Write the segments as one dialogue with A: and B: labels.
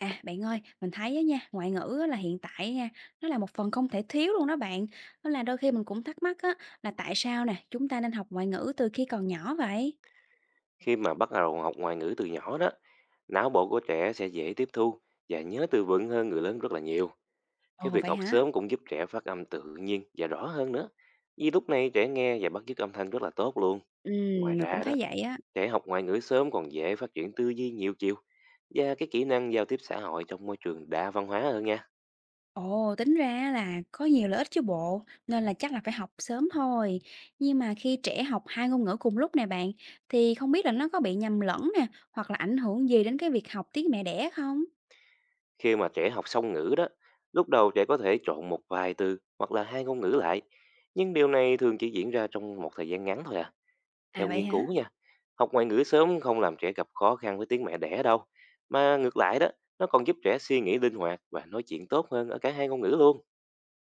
A: À, bạn ơi, mình thấy á nha, ngoại ngữ á là hiện tại nha, nó là một phần không thể thiếu luôn đó bạn. Nó là đôi khi mình cũng thắc mắc á, là tại sao nè, chúng ta nên học ngoại ngữ từ khi còn nhỏ vậy?
B: Khi mà bắt đầu học ngoại ngữ từ nhỏ đó, não bộ của trẻ sẽ dễ tiếp thu và nhớ từ vựng hơn người lớn rất là nhiều. Cái
A: Ồ
B: việc
A: vậy
B: học
A: hả?
B: sớm cũng giúp trẻ phát âm tự nhiên và rõ hơn nữa. Vì lúc này trẻ nghe và bắt chước âm thanh rất là tốt luôn.
A: Ừ,
B: Ngoài
A: mình cũng
B: ra đó,
A: thấy vậy á.
B: trẻ học ngoại ngữ sớm còn dễ phát triển tư duy nhiều chiều và cái kỹ năng giao tiếp xã hội trong môi trường đa văn hóa hơn nha.
A: Ồ, tính ra là có nhiều lợi ích chứ bộ, nên là chắc là phải học sớm thôi. Nhưng mà khi trẻ học hai ngôn ngữ cùng lúc nè bạn, thì không biết là nó có bị nhầm lẫn nè, hoặc là ảnh hưởng gì đến cái việc học tiếng mẹ đẻ không?
B: Khi mà trẻ học song ngữ đó, lúc đầu trẻ có thể trộn một vài từ hoặc là hai ngôn ngữ lại, nhưng điều này thường chỉ diễn ra trong một thời gian ngắn thôi à. Theo
A: À vậy
B: nghiên
A: hả?
B: cứu nha, học ngoại ngữ sớm không làm trẻ gặp khó khăn với tiếng mẹ đẻ đâu, mà ngược lại đó, nó còn giúp trẻ suy nghĩ linh hoạt và nói chuyện tốt hơn ở cả hai ngôn ngữ luôn.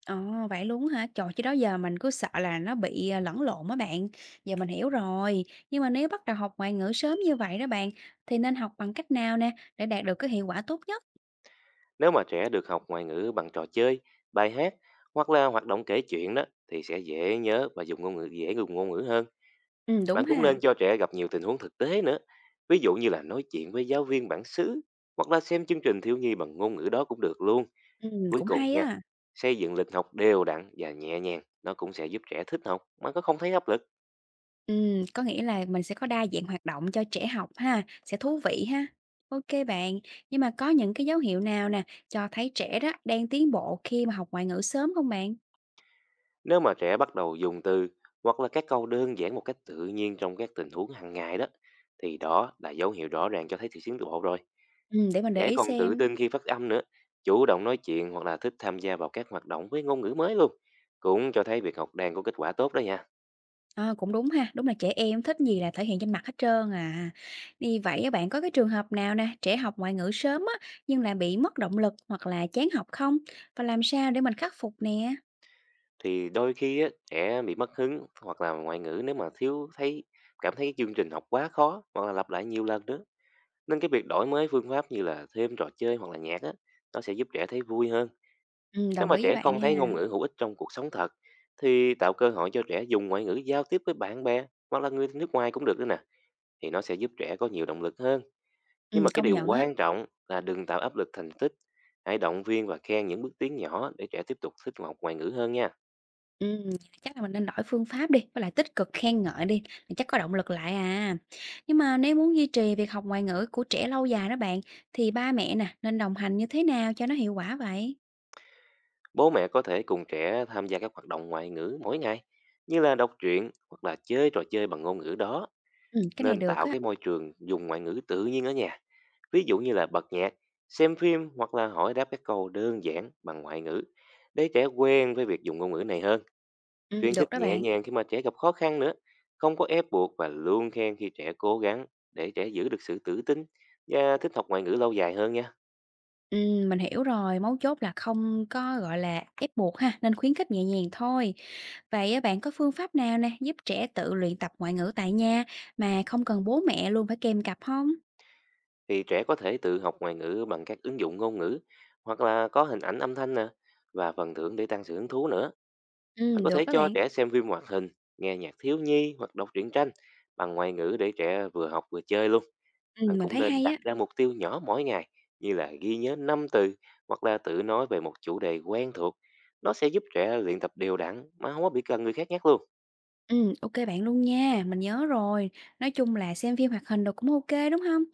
A: Ồ, vậy luôn á hả? Trời, chứ đó giờ mình cứ sợ là nó bị, lẫn lộn á bạn. Giờ mình hiểu rồi, nhưng mà nếu bắt đầu học ngoại ngữ sớm như vậy đó bạn, thì nên học bằng cách nào nè, để đạt được cái hiệu quả tốt nhất?
B: Nếu mà trẻ được học ngoại ngữ bằng trò chơi, bài hát hoặc là hoạt động kể chuyện đó thì sẽ dễ nhớ và dùng ngôn ngữ hơn.
A: Đúng
B: Bạn cũng nên
A: ha,
B: cho trẻ gặp nhiều tình huống thực tế nữa. Ví dụ như là nói chuyện với giáo viên bản xứ hoặc là xem chương trình thiếu nhi bằng ngôn ngữ đó cũng được luôn. Cuối
A: cũng
B: cùng
A: hay
B: nha,
A: á.
B: xây dựng lịch học đều đặn và nhẹ nhàng, nó cũng sẽ giúp trẻ thích học mà có không thấy áp lực.
A: Có nghĩa là mình sẽ có đa dạng hoạt động cho trẻ học ha, sẽ thú vị ha. OK bạn, nhưng mà có những cái dấu hiệu nào nè, cho thấy trẻ đó đang tiến bộ khi mà học ngoại ngữ sớm không bạn?
B: Nếu mà trẻ bắt đầu dùng từ hoặc là các câu đơn giản một cách tự nhiên trong các tình huống hàng ngày đó, thì đó là dấu hiệu rõ ràng cho thấy sự tiến bộ rồi.
A: Để mình để
B: Trẻ
A: ý
B: còn tự
A: xem.
B: tin khi phát âm nữa, chủ động nói chuyện hoặc là thích tham gia vào các hoạt động với ngôn ngữ mới luôn. Cũng cho thấy việc học đang có kết quả tốt đó nha.
A: Ờ, cũng đúng ha, đúng là trẻ em thích gì là thể hiện trên mặt hết trơn à. Như vậy á, bạn có cái trường hợp nào nè, trẻ học ngoại ngữ sớm á, nhưng là bị mất động lực hoặc là chán học không? Và làm sao để mình khắc phục nè?
B: Thì đôi khi á, trẻ bị mất hứng hoặc là ngoại ngữ nếu mà thiếu thấy cảm thấy chương trình học quá khó hoặc là lặp lại nhiều lần nữa. Nên cái việc đổi mới phương pháp như là thêm trò chơi hoặc là nhạc á, nó sẽ giúp trẻ thấy vui hơn.
A: Ừ,
B: Nếu
A: đồng
B: mà
A: ý với
B: trẻ
A: bạn
B: không
A: nha.
B: thấy ngôn ngữ hữu ích trong cuộc sống thật, thì tạo cơ hội cho trẻ dùng ngoại ngữ giao tiếp với bạn bè hoặc là người nước ngoài cũng được nữa nè. Thì nó sẽ giúp trẻ có nhiều động lực hơn. Nhưng
A: Ừ,
B: mà cái
A: công
B: điều
A: nhận á.
B: quan trọng là đừng tạo áp lực thành tích. Hãy động viên và khen những bước tiến nhỏ để trẻ tiếp tục thích học ngoại ngữ hơn nha.
A: Ừ, chắc là mình nên đổi phương pháp đi, với lại tích cực khen ngợi đi, thì chắc có động lực lại à. Nhưng mà nếu muốn duy trì việc học ngoại ngữ của trẻ lâu dài đó bạn, thì ba mẹ nè, nên đồng hành như thế nào cho nó hiệu quả vậy?
B: Bố mẹ có thể cùng trẻ tham gia các hoạt động ngoại ngữ mỗi ngày, như là đọc truyện hoặc là chơi trò chơi bằng ngôn ngữ đó.
A: Ừ, cái này
B: Nên
A: được
B: tạo
A: á.
B: cái môi trường dùng ngoại ngữ tự nhiên ở nhà. Ví dụ như là bật nhạc, xem phim hoặc là hỏi đáp các câu đơn giản bằng ngoại ngữ để trẻ quen với việc dùng ngôn ngữ này hơn.
A: Ừ,
B: Khuyến khích
A: được đó
B: nhẹ
A: bạn.
B: nhàng khi mà trẻ gặp khó khăn nữa, không có ép buộc và luôn khen khi trẻ cố gắng để trẻ giữ được sự tự tin và thích học ngoại ngữ lâu dài hơn nha.
A: Mình hiểu rồi, mấu chốt là không có, gọi là, ép buộc ha, nên khuyến khích nhẹ nhàng thôi. Vậy á bạn có phương pháp nào nè, giúp trẻ tự luyện tập ngoại ngữ tại nhà mà không cần bố mẹ luôn phải kèm cặp không?
B: Thì trẻ có thể tự học ngoại ngữ bằng các ứng dụng ngôn ngữ hoặc là có hình ảnh âm thanh nè và phần thưởng để tăng sự hứng thú nữa. Bạn có
A: Được
B: thể
A: các
B: cho
A: bạn,
B: trẻ xem phim hoạt hình, nghe nhạc thiếu nhi hoặc đọc truyện tranh bằng ngoại ngữ để trẻ vừa học vừa chơi luôn. Bạn
A: mình
B: cũng
A: thấy
B: nên
A: hay
B: đặt
A: á.
B: ra mục tiêu nhỏ mỗi ngày như là ghi nhớ 5 từ hoặc là tự nói về một chủ đề quen thuộc. Nó sẽ giúp trẻ luyện tập đều đặn mà không có bị cần người khác nhắc luôn.
A: Ok bạn luôn nha, mình nhớ rồi. Nói chung là xem phim hoạt hình đồ cũng ok đúng không?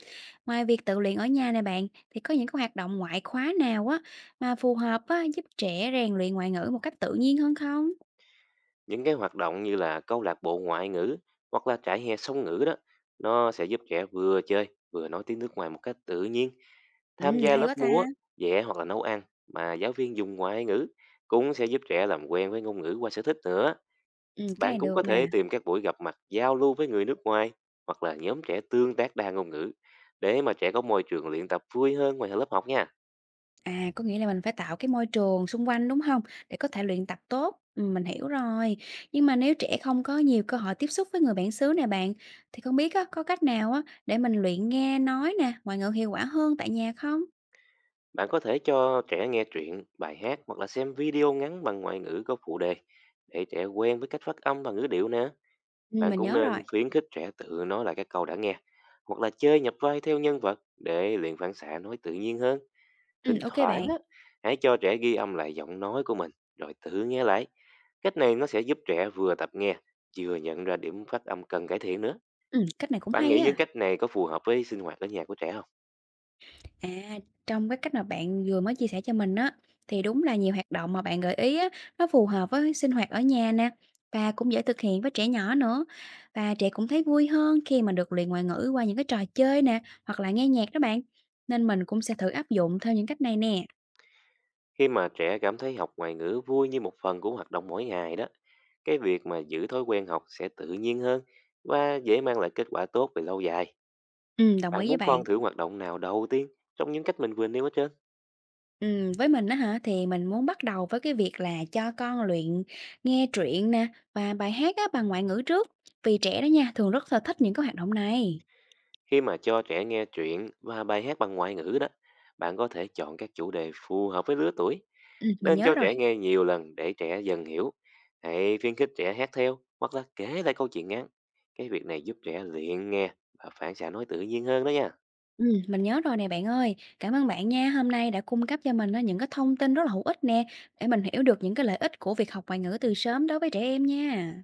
A: Ngoài việc tự luyện ở nhà này bạn, thì có những cái hoạt động ngoại khóa nào á, mà phù hợp á, giúp trẻ rèn luyện ngoại ngữ một cách tự nhiên hơn không?
B: Những cái hoạt động như là câu lạc bộ ngoại ngữ hoặc là trại hè song ngữ đó, nó sẽ giúp trẻ vừa chơi vừa nói tiếng nước ngoài một cách tự nhiên. Tham gia
A: Hay
B: lớp
A: quá ta!
B: múa, vẽ hoặc là nấu ăn mà giáo viên dùng ngoại ngữ cũng sẽ giúp trẻ làm quen với ngôn ngữ qua sở thích nữa.
A: Cái
B: Bạn
A: này
B: cũng có
A: được nè.
B: thể tìm các buổi gặp mặt giao lưu với người nước ngoài hoặc là nhóm trẻ tương tác đa ngôn ngữ để mà trẻ có môi trường luyện tập vui hơn ngoài lớp học nha.
A: À, có nghĩa là mình phải tạo cái môi trường xung quanh, đúng không? Để có thể luyện tập tốt. Mình hiểu rồi. Nhưng mà nếu trẻ không có nhiều cơ hội tiếp xúc với người bản xứ nè bạn, thì không biết á, có cách nào á, để mình luyện nghe nói nè, ngoại ngữ hiệu quả hơn tại nhà không?
B: Bạn có thể cho trẻ nghe truyện, bài hát hoặc là xem video ngắn bằng ngoại ngữ có phụ đề để trẻ quen với cách phát âm và ngữ điệu nè. Bạn
A: Mình
B: cũng
A: nhớ rồi.
B: nên khuyến khích trẻ tự nói lại các câu đã nghe hoặc là chơi nhập vai theo nhân vật để luyện phản xạ nói tự nhiên hơn. Thỉnh
A: Ô
B: thoảng
A: bạn.
B: á, hãy cho trẻ ghi âm lại giọng nói của mình rồi tự nghe lại. Cách này nó sẽ giúp trẻ vừa tập nghe, vừa nhận ra điểm phát âm cần cải thiện nữa.
A: Cách này cũng
B: Bạn
A: hay
B: nghĩ những
A: á.
B: cách này có phù hợp với sinh hoạt ở nhà của trẻ không?
A: À, trong cái cách mà bạn vừa mới chia sẻ cho mình á, thì đúng là nhiều hoạt động mà bạn gợi ý á, nó phù hợp với sinh hoạt ở nhà nè và cũng dễ thực hiện với trẻ nhỏ nữa. Và trẻ cũng thấy vui hơn khi mà được luyện ngoại ngữ qua những cái trò chơi nè, hoặc là nghe nhạc đó bạn. Nên mình cũng sẽ thử áp dụng theo những cách này nè.
B: Khi mà trẻ cảm thấy học ngoại ngữ vui như một phần của hoạt động mỗi ngày đó, cái việc mà giữ thói quen học sẽ tự nhiên hơn và dễ mang lại kết quả tốt về lâu dài.
A: Ừ, đồng
B: Bạn
A: ý với
B: muốn con
A: bạn.
B: thử hoạt động nào đầu tiên trong những cách mình vừa nêu hết trơn?
A: Ừ, với mình á hả thì mình muốn bắt đầu với cái việc là cho con luyện nghe truyện nè và bài hát á bằng ngoại ngữ trước. Vì trẻ đó nha, thường rất là thích những cái hoạt động này.
B: Khi mà cho trẻ nghe truyện và bài hát bằng ngoại ngữ đó, bạn có thể chọn các chủ đề phù hợp với lứa tuổi.
A: Ừ, mình
B: Nên
A: nhớ
B: cho
A: rồi.
B: trẻ nghe nhiều lần để trẻ dần hiểu. Hãy khuyến khích trẻ hát theo hoặc là kể lại câu chuyện ngắn. Cái việc này giúp trẻ luyện nghe và phản xạ nói tự nhiên hơn đó nha.
A: Mình nhớ rồi nè bạn ơi. Cảm ơn bạn nha, hôm nay đã cung cấp cho mình á những cái thông tin rất là hữu ích nè, để mình hiểu được những cái lợi ích của việc học ngoại ngữ từ sớm đối với trẻ em nha.